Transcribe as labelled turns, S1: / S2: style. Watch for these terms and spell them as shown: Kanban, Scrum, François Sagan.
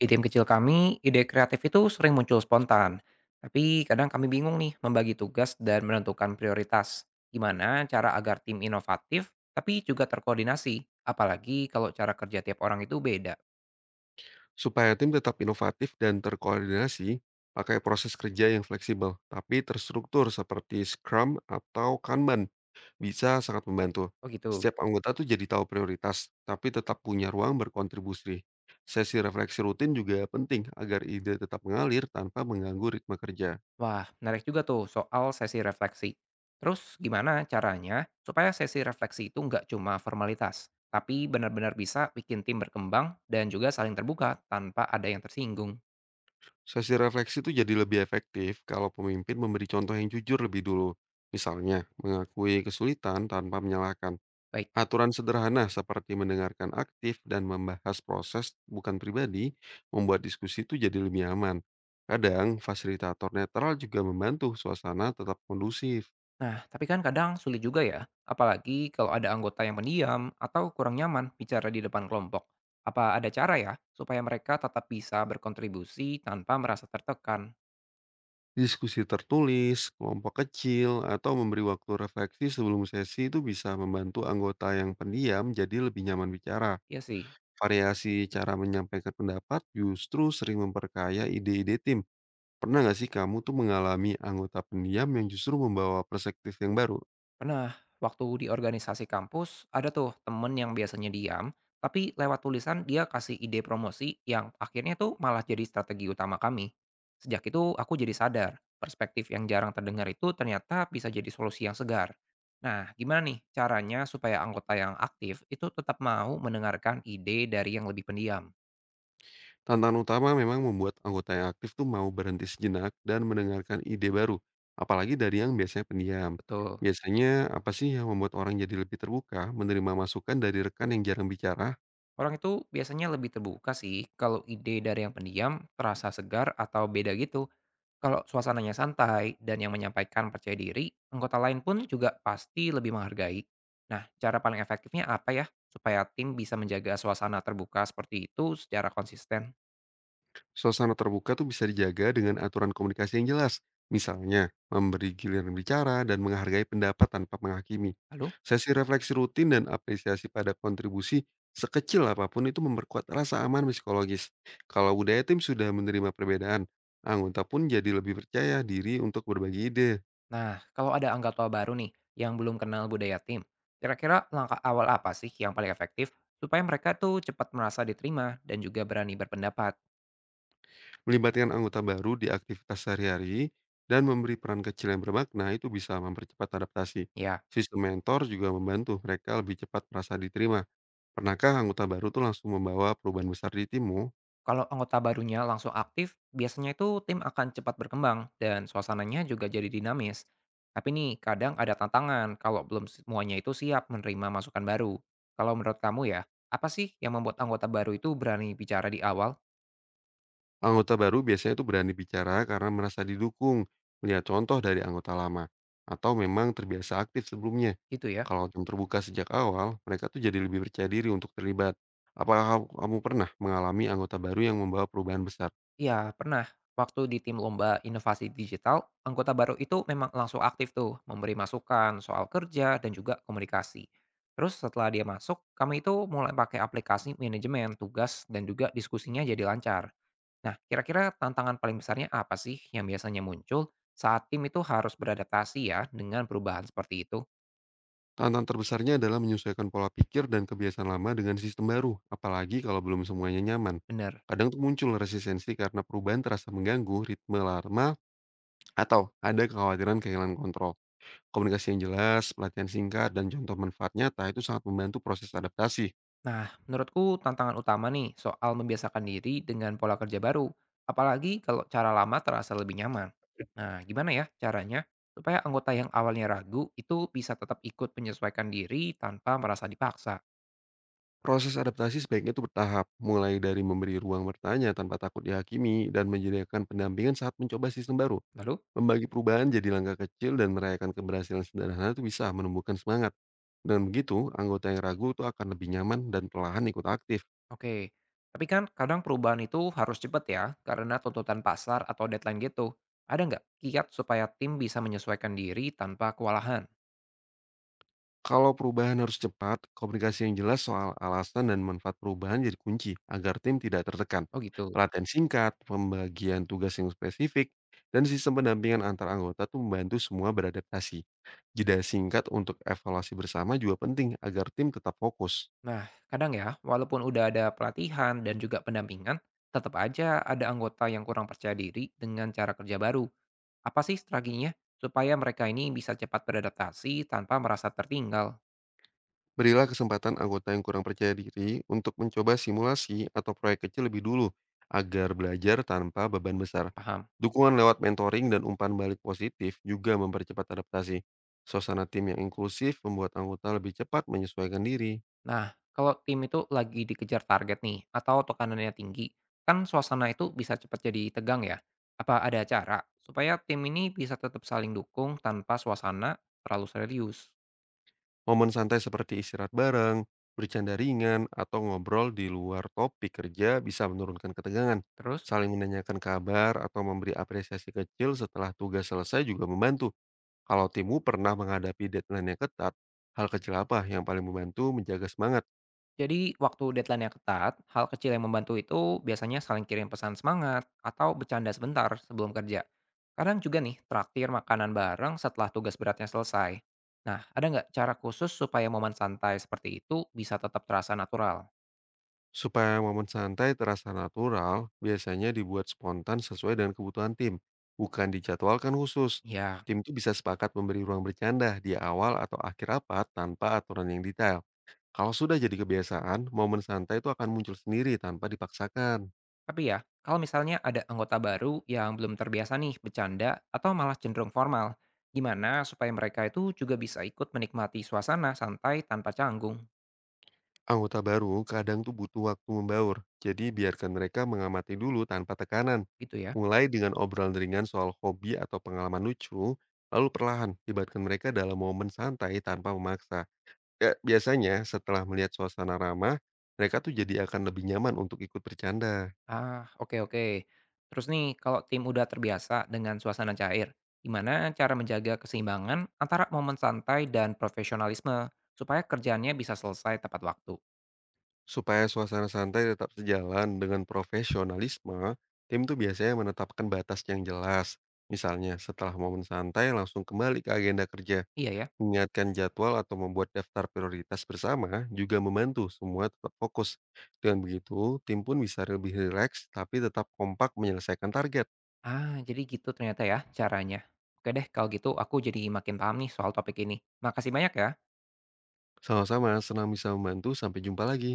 S1: Di tim kecil kami, ide kreatif itu sering muncul spontan. Tapi kadang kami bingung nih membagi tugas dan menentukan prioritas. Gimana cara agar tim inovatif tapi juga terkoordinasi, apalagi kalau cara kerja tiap orang itu beda.
S2: Supaya tim tetap inovatif dan terkoordinasi, pakai proses kerja yang fleksibel, tapi terstruktur seperti Scrum atau Kanban bisa sangat membantu.
S1: Oh gitu.
S2: Setiap anggota tuh jadi tahu prioritas, tapi tetap punya ruang berkontribusi. Sesi refleksi rutin juga penting agar ide tetap mengalir tanpa mengganggu ritme kerja.
S1: Wah, menarik juga tuh soal sesi refleksi. Terus gimana caranya supaya sesi refleksi itu nggak cuma formalitas, tapi benar-benar bisa bikin tim berkembang dan juga saling terbuka tanpa ada yang tersinggung.
S2: Sesi refleksi itu jadi lebih efektif kalau pemimpin memberi contoh yang jujur lebih dulu. Misalnya, mengakui kesulitan tanpa menyalahkan.
S1: Baik.
S2: Aturan sederhana seperti mendengarkan aktif dan membahas proses bukan pribadi membuat diskusi itu jadi lebih aman. Kadang fasilitator netral juga membantu suasana tetap kondusif.
S1: Nah, tapi kan kadang sulit juga ya, apalagi kalau ada anggota yang pendiam atau kurang nyaman bicara di depan kelompok. Apa ada cara ya supaya mereka tetap bisa berkontribusi tanpa merasa tertekan?
S2: Diskusi tertulis, kelompok kecil, atau memberi waktu refleksi sebelum sesi itu bisa membantu anggota yang pendiam jadi lebih nyaman bicara.
S1: Iya sih.
S2: Variasi cara menyampaikan pendapat justru sering memperkaya ide-ide tim. Pernah nggak sih kamu tuh mengalami anggota pendiam yang justru membawa perspektif yang baru?
S1: Pernah, waktu di organisasi kampus, ada tuh temen yang biasanya diam, tapi lewat tulisan dia kasih ide promosi yang akhirnya tuh malah jadi strategi utama kami. Sejak itu aku jadi sadar, perspektif yang jarang terdengar itu ternyata bisa jadi solusi yang segar. Nah, gimana nih caranya supaya anggota yang aktif itu tetap mau mendengarkan ide dari yang lebih pendiam?
S2: Tantangan utama memang membuat anggota yang aktif tuh mau berhenti sejenak dan mendengarkan ide baru, apalagi dari yang biasanya pendiam.
S1: Betul.
S2: Biasanya apa sih yang membuat orang jadi lebih terbuka menerima masukan dari rekan yang jarang bicara?
S1: Orang itu biasanya lebih terbuka sih kalau ide dari yang pendiam terasa segar atau beda gitu. Kalau suasananya santai dan yang menyampaikan percaya diri, anggota lain pun juga pasti lebih menghargai. Nah, cara paling efektifnya apa ya supaya tim bisa menjaga suasana terbuka seperti itu secara konsisten?
S2: Suasana terbuka tuh bisa dijaga dengan aturan komunikasi yang jelas. Misalnya, memberi giliran bicara dan menghargai pendapat tanpa menghakimi.
S1: Lalu,
S2: Sesi refleksi rutin dan apresiasi pada kontribusi sekecil apapun itu memperkuat rasa aman psikologis. Kalau budaya tim sudah menerima perbedaan, anggota pun jadi lebih percaya diri untuk berbagi ide.
S1: nah kalau ada anggota baru nih yang belum kenal budaya tim, kira-kira langkah awal apa sih yang paling efektif supaya mereka tuh cepat merasa diterima dan juga berani berpendapat?
S2: Melibatkan anggota baru di aktivitas sehari-hari dan memberi peran kecil yang bermakna itu bisa mempercepat adaptasi.
S1: Ya,
S2: Sistem mentor juga membantu mereka lebih cepat merasa diterima. Pernahkah anggota baru tuh langsung membawa perubahan besar di timmu?
S1: kalau anggota barunya langsung aktif, biasanya itu tim akan cepat berkembang dan suasananya juga jadi dinamis. Tapi nih, kadang ada tantangan kalau belum semuanya itu siap menerima masukan baru. Kalau menurut kamu ya, apa sih yang membuat anggota baru itu berani bicara di awal?
S2: Anggota baru biasanya tuh berani bicara karena merasa didukung, melihat contoh dari anggota lama, atau memang terbiasa aktif sebelumnya.
S1: Gitu ya?
S2: Kalau tim terbuka sejak awal, mereka tuh jadi lebih percaya diri untuk terlibat. Apakah kamu kamu pernah mengalami anggota baru yang membawa perubahan besar?
S1: Iya, pernah. Waktu di tim lomba inovasi digital, anggota baru itu memang langsung aktif tuh, memberi masukan soal kerja dan juga komunikasi. Terus setelah dia masuk, kami itu mulai pakai aplikasi manajemen tugas dan juga diskusinya jadi lancar. Nah, kira-kira tantangan paling besarnya apa sih yang biasanya muncul saat tim itu harus beradaptasi ya dengan perubahan seperti itu?
S2: Tantangan terbesarnya adalah menyesuaikan pola pikir dan kebiasaan lama dengan sistem baru, apalagi kalau belum semuanya nyaman.
S1: Bener.
S2: Kadang tuh muncul resistensi karena perubahan terasa mengganggu ritme lama. Atau ada kekhawatiran kehilangan kontrol. Komunikasi yang jelas, pelatihan singkat, dan contoh manfaat nyata itu sangat membantu proses adaptasi.
S1: Nah, menurutku tantangan utama nih soal membiasakan diri dengan pola kerja baru, apalagi kalau cara lama terasa lebih nyaman. Nah, gimana ya caranya supaya anggota yang awalnya ragu itu bisa tetap ikut menyesuaikan diri tanpa merasa dipaksa?
S2: Proses adaptasi sebaiknya itu bertahap, mulai dari memberi ruang bertanya tanpa takut dihakimi dan menyediakan pendampingan saat mencoba sistem baru.
S1: Lalu.
S2: Membagi perubahan jadi langkah kecil dan merayakan keberhasilan sederhana itu bisa menumbuhkan semangat. Dan begitu, anggota yang ragu itu akan lebih nyaman dan perlahan ikut aktif.
S1: Oke, tapi kan kadang perubahan itu harus cepat ya, karena tuntutan pasar atau deadline gitu. Ada nggak kiat supaya tim bisa menyesuaikan diri tanpa kewalahan?
S2: Kalau perubahan harus cepat, komunikasi yang jelas soal alasan dan manfaat perubahan jadi kunci agar tim tidak tertekan.
S1: Oh gitu.
S2: Pelatihan singkat, pembagian tugas yang spesifik, dan sistem pendampingan antar anggota tuh membantu semua beradaptasi. Jeda singkat untuk evaluasi bersama juga penting agar tim tetap fokus.
S1: Nah, kadang ya, walaupun udah ada pelatihan dan juga pendampingan, tetap aja ada anggota yang kurang percaya diri dengan cara kerja baru. Apa sih strateginya supaya mereka ini bisa cepat beradaptasi tanpa merasa tertinggal?
S2: Berilah kesempatan anggota yang kurang percaya diri untuk mencoba simulasi atau proyek kecil lebih dulu agar belajar tanpa beban besar.
S1: Paham?
S2: Dukungan lewat mentoring dan umpan balik positif juga mempercepat adaptasi. Suasana tim yang inklusif membuat anggota lebih cepat menyesuaikan diri.
S1: Nah, kalau tim itu lagi dikejar target nih, atau tekanannya tinggi, kan suasana itu bisa cepat jadi tegang ya. Apa ada cara supaya tim ini bisa tetap saling dukung tanpa suasana terlalu serius?
S2: Momen santai seperti istirahat bareng, bercanda ringan, atau ngobrol di luar topik kerja bisa menurunkan ketegangan.
S1: Terus,
S2: Saling menanyakan kabar atau memberi apresiasi kecil setelah tugas selesai juga membantu. Kalau timmu pernah menghadapi deadline yang ketat, hal kecil apa yang paling membantu menjaga semangat?
S1: jadi waktu deadline-nya ketat, hal kecil yang membantu itu biasanya saling kirim pesan semangat atau bercanda sebentar sebelum kerja. Kadang juga nih, traktir makanan bareng setelah tugas beratnya selesai. Nah, ada nggak cara khusus supaya momen santai seperti itu bisa tetap terasa natural?
S2: Supaya momen santai terasa natural, biasanya dibuat spontan sesuai dengan kebutuhan tim, bukan dijadwalkan khusus.
S1: Ya,
S2: Tim itu bisa sepakat memberi ruang bercanda di awal atau akhir rapat tanpa aturan yang detail. Kalau sudah jadi kebiasaan, momen santai itu akan muncul sendiri tanpa dipaksakan.
S1: tapi ya, kalau misalnya ada anggota baru yang belum terbiasa nih bercanda atau malah cenderung formal, gimana supaya mereka itu juga bisa ikut menikmati suasana santai tanpa canggung
S2: Anggota baru kadang tuh butuh waktu membaur, jadi biarkan mereka mengamati dulu tanpa tekanan.
S1: gitu ya?
S2: Mulai dengan obrolan ringan soal hobi atau pengalaman lucu, lalu perlahan libatkan mereka dalam momen santai tanpa memaksa. Ya, biasanya setelah melihat suasana ramah, mereka tuh jadi akan lebih nyaman untuk ikut bercanda.
S1: Ah, oke oke. Terus nih, kalau tim udah terbiasa dengan suasana cair, gimana cara menjaga keseimbangan antara momen santai dan profesionalisme supaya kerjaannya bisa selesai tepat waktu?
S2: Supaya suasana santai tetap sejalan dengan profesionalisme, tim tuh biasanya menetapkan batas yang jelas. Misalnya, setelah momen santai langsung kembali ke agenda kerja.
S1: Iya ya.
S2: Mengingatkan jadwal atau membuat daftar prioritas bersama juga membantu semua tetap fokus. Dengan begitu, tim pun bisa lebih rileks tapi tetap kompak menyelesaikan target.
S1: Ah, jadi gitu ternyata ya caranya. Oke deh, kalau gitu aku jadi makin paham nih soal topik ini. Makasih banyak ya.
S2: Sama-sama, senang bisa membantu. Sampai jumpa lagi.